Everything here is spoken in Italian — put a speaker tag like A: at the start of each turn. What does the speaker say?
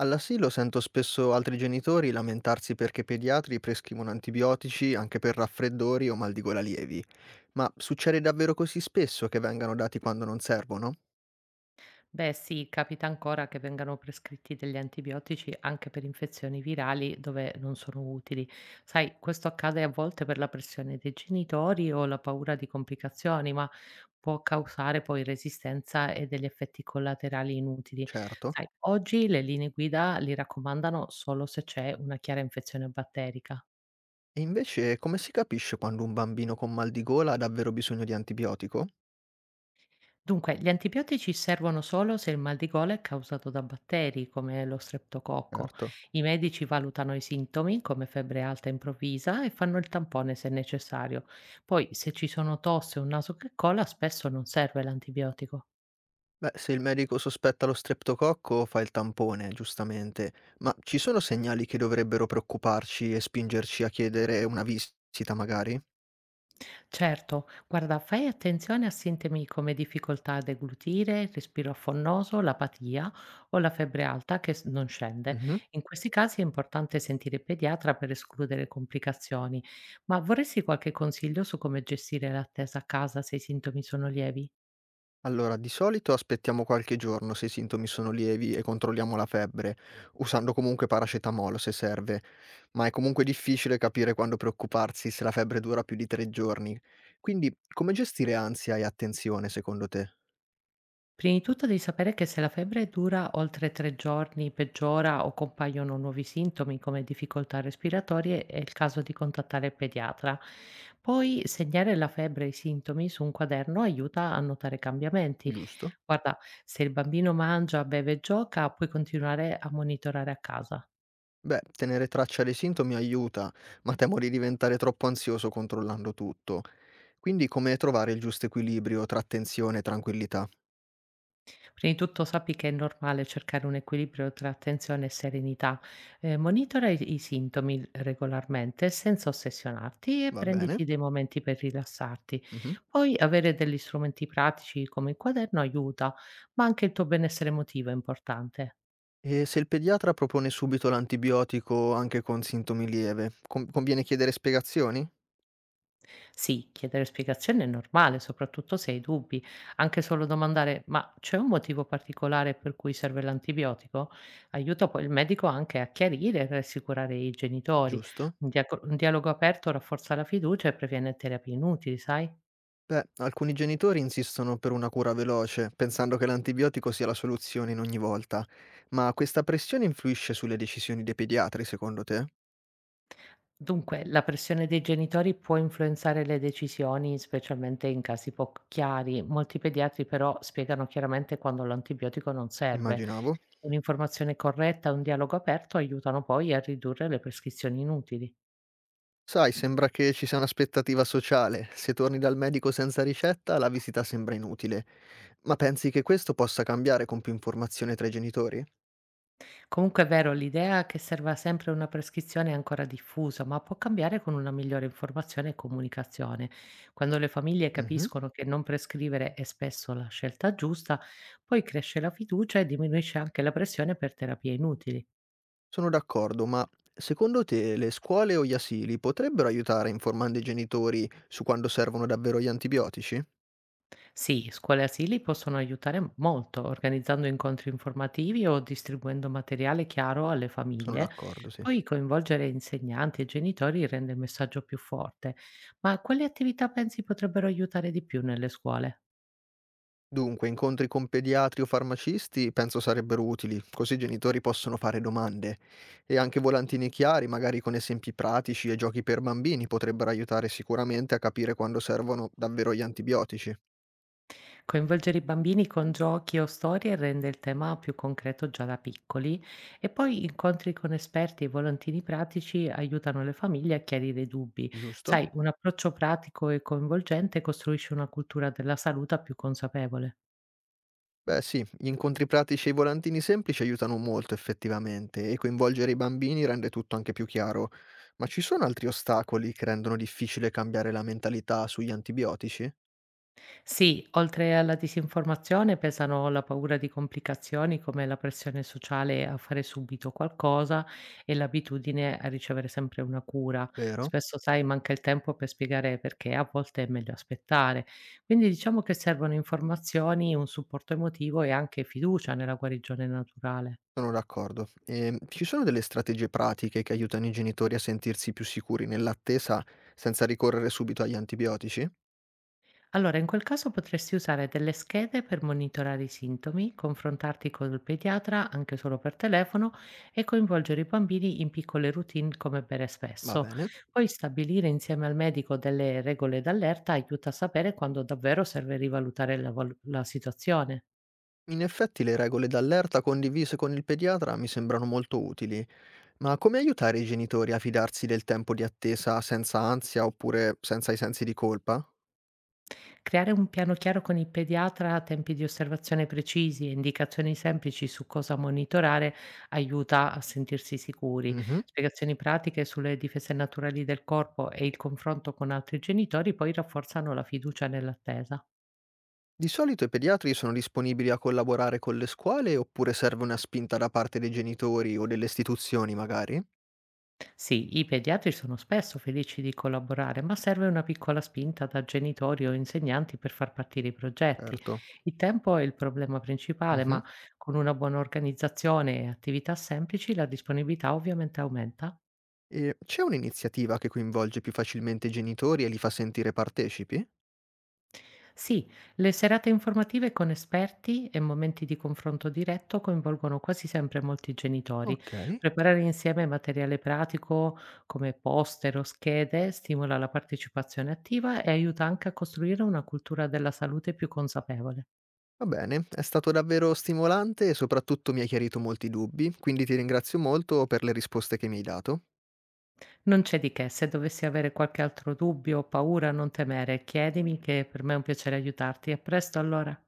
A: All'asilo sento spesso altri genitori lamentarsi perché i pediatri prescrivono antibiotici anche per raffreddori o mal di gola lievi, ma succede davvero così spesso che vengano dati quando non servono?
B: Beh sì, capita ancora che vengano prescritti degli antibiotici anche per infezioni virali dove non sono utili. Sai, questo accade a volte per la pressione dei genitori o la paura di complicazioni, ma può causare poi resistenza e degli effetti collaterali inutili.
A: Certo.
B: Sai, oggi le linee guida li raccomandano solo se c'è una chiara infezione batterica.
A: E invece come si capisce quando un bambino con mal di gola ha davvero bisogno di antibiotico?
B: Dunque, gli antibiotici servono solo se il mal di gola è causato da batteri, come lo streptococco.
A: Certo.
B: I medici valutano i sintomi, come febbre alta improvvisa, e fanno il tampone se necessario. Poi, se ci sono tosse o un naso che cola, spesso non serve l'antibiotico.
A: Beh, se il medico sospetta lo streptococco fa il tampone, giustamente, ma ci sono segnali che dovrebbero preoccuparci e spingerci a chiedere una visita magari?
B: Certo, guarda, fai attenzione a sintomi come difficoltà a deglutire, respiro affonnoso, l'apatia o la febbre alta che non scende.
A: Mhm.
B: In questi casi è importante sentire il pediatra per escludere complicazioni. Ma vorresti qualche consiglio su come gestire l'attesa a casa se i sintomi sono lievi?
A: Allora, di solito aspettiamo qualche giorno se i sintomi sono lievi e controlliamo la febbre, usando comunque paracetamolo se serve, ma è comunque difficile capire quando preoccuparsi se la febbre dura più di 3 giorni. Quindi, come gestire ansia e attenzione secondo te?
B: Prima di tutto devi sapere che se la febbre dura oltre 3 giorni, peggiora o compaiono nuovi sintomi come difficoltà respiratorie, è il caso di contattare il pediatra. Poi segnare la febbre e i sintomi su un quaderno aiuta a notare cambiamenti.
A: Giusto?
B: Guarda, se il bambino mangia, beve e gioca, puoi continuare a monitorare a casa.
A: Beh, tenere traccia dei sintomi aiuta, ma temo di diventare troppo ansioso controllando tutto. Quindi, come trovare il giusto equilibrio tra attenzione e tranquillità?
B: Prima di tutto sappi che è normale cercare un equilibrio tra attenzione e serenità. Monitora i sintomi regolarmente senza ossessionarti e
A: Va bene?
B: prenditi dei momenti per rilassarti.
A: Mhm.
B: Poi avere degli strumenti pratici come il quaderno aiuta, ma anche il tuo benessere emotivo è importante.
A: E se il pediatra propone subito l'antibiotico anche con sintomi lieve, conviene chiedere spiegazioni?
B: Sì, chiedere spiegazioni è normale, soprattutto se hai dubbi. Anche solo domandare, ma c'è un motivo particolare per cui serve l'antibiotico? Aiuta poi il medico anche a chiarire e rassicurare i genitori.
A: Giusto?
B: Un dialogo aperto rafforza la fiducia e previene terapie inutili, sai?
A: Beh, alcuni genitori insistono per una cura veloce, pensando che l'antibiotico sia la soluzione in ogni volta, ma questa pressione influisce sulle decisioni dei pediatri, secondo te?
B: Dunque, la pressione dei genitori può influenzare le decisioni, specialmente in casi poco chiari. Molti pediatri però spiegano chiaramente quando l'antibiotico non serve.
A: Immaginavo.
B: Un'informazione corretta e un dialogo aperto aiutano poi a ridurre le prescrizioni inutili.
A: Sai, sembra che ci sia un'aspettativa sociale. Se torni dal medico senza ricetta, la visita sembra inutile. Ma pensi che questo possa cambiare con più informazione tra i genitori?
B: Comunque è vero, l'idea che serva sempre una prescrizione è ancora diffusa, ma può cambiare con una migliore informazione e comunicazione. Quando le famiglie
A: Mhm.
B: capiscono che non prescrivere è spesso la scelta giusta, poi cresce la fiducia e diminuisce anche la pressione per terapie inutili.
A: Sono d'accordo, ma secondo te le scuole o gli asili potrebbero aiutare informando i genitori su quando servono davvero gli antibiotici?
B: Sì, scuole e asili possono aiutare molto organizzando incontri informativi o distribuendo materiale chiaro alle
A: Sono
B: famiglie.
A: d'accordo, sì.
B: Poi coinvolgere insegnanti e genitori rende il messaggio più forte. Ma quali attività pensi potrebbero aiutare di più nelle scuole?
A: Dunque, incontri con pediatri o farmacisti penso sarebbero utili, così i genitori possono fare domande. E anche volantini chiari, magari con esempi pratici e giochi per bambini, potrebbero aiutare sicuramente a capire quando servono davvero gli antibiotici,
B: Coinvolgere i bambini con giochi o storie rende il tema più concreto già da piccoli e poi incontri con esperti e volantini pratici aiutano le famiglie a chiarire i dubbi.
A: giusto?
B: Sai, un approccio pratico e coinvolgente costruisce una cultura della salute più consapevole.
A: Beh sì, gli incontri pratici e i volantini semplici aiutano molto effettivamente e coinvolgere i bambini rende tutto anche più chiaro. Ma ci sono altri ostacoli che rendono difficile cambiare la mentalità sugli antibiotici?
B: Sì, oltre alla disinformazione pesano la paura di complicazioni come la pressione sociale a fare subito qualcosa e l'abitudine a ricevere sempre una cura.
A: Vero?
B: Spesso, sai, manca il tempo per spiegare perché, a volte è meglio aspettare. Quindi diciamo che servono informazioni, un supporto emotivo e anche fiducia nella guarigione naturale.
A: Sono d'accordo. E ci sono delle strategie pratiche che aiutano i genitori a sentirsi più sicuri nell'attesa senza ricorrere subito agli antibiotici?
B: Allora, in quel caso potresti usare delle schede per monitorare i sintomi, confrontarti col pediatra anche solo per telefono e coinvolgere i bambini in piccole routine come bere
A: Va
B: spesso.
A: bene.
B: Poi stabilire insieme al medico delle regole d'allerta aiuta a sapere quando davvero serve rivalutare la situazione.
A: In effetti le regole d'allerta condivise con il pediatra mi sembrano molto utili. Ma come aiutare i genitori a fidarsi del tempo di attesa senza ansia oppure senza i sensi di colpa?
B: Creare un piano chiaro con il pediatra, tempi di osservazione precisi e indicazioni semplici su cosa monitorare aiuta a sentirsi sicuri.
A: Mh-mh.
B: Spiegazioni pratiche sulle difese naturali del corpo e il confronto con altri genitori poi rafforzano la fiducia nell'attesa.
A: Di solito i pediatri sono disponibili a collaborare con le scuole oppure serve una spinta da parte dei genitori o delle istituzioni magari?
B: Sì, i pediatri sono spesso felici di collaborare, ma serve una piccola spinta da genitori o insegnanti per far partire i progetti.
A: Certo.
B: Il tempo è il problema principale,
A: Mh-mh.
B: ma con una buona organizzazione e attività semplici la disponibilità ovviamente aumenta.
A: E c'è un'iniziativa che coinvolge più facilmente i genitori e li fa sentire partecipi?
B: Sì, le serate informative con esperti e momenti di confronto diretto coinvolgono quasi sempre molti genitori.
A: Okay,
B: Preparare insieme materiale pratico come poster o schede stimola la partecipazione attiva e aiuta anche a costruire una cultura della salute più consapevole.
A: va bene, è stato davvero stimolante e soprattutto mi hai chiarito molti dubbi, quindi ti ringrazio molto per le risposte che mi hai dato.
B: Non c'è di che, se dovessi avere qualche altro dubbio o paura, non temere, chiedimi che per me è un piacere aiutarti. A presto allora.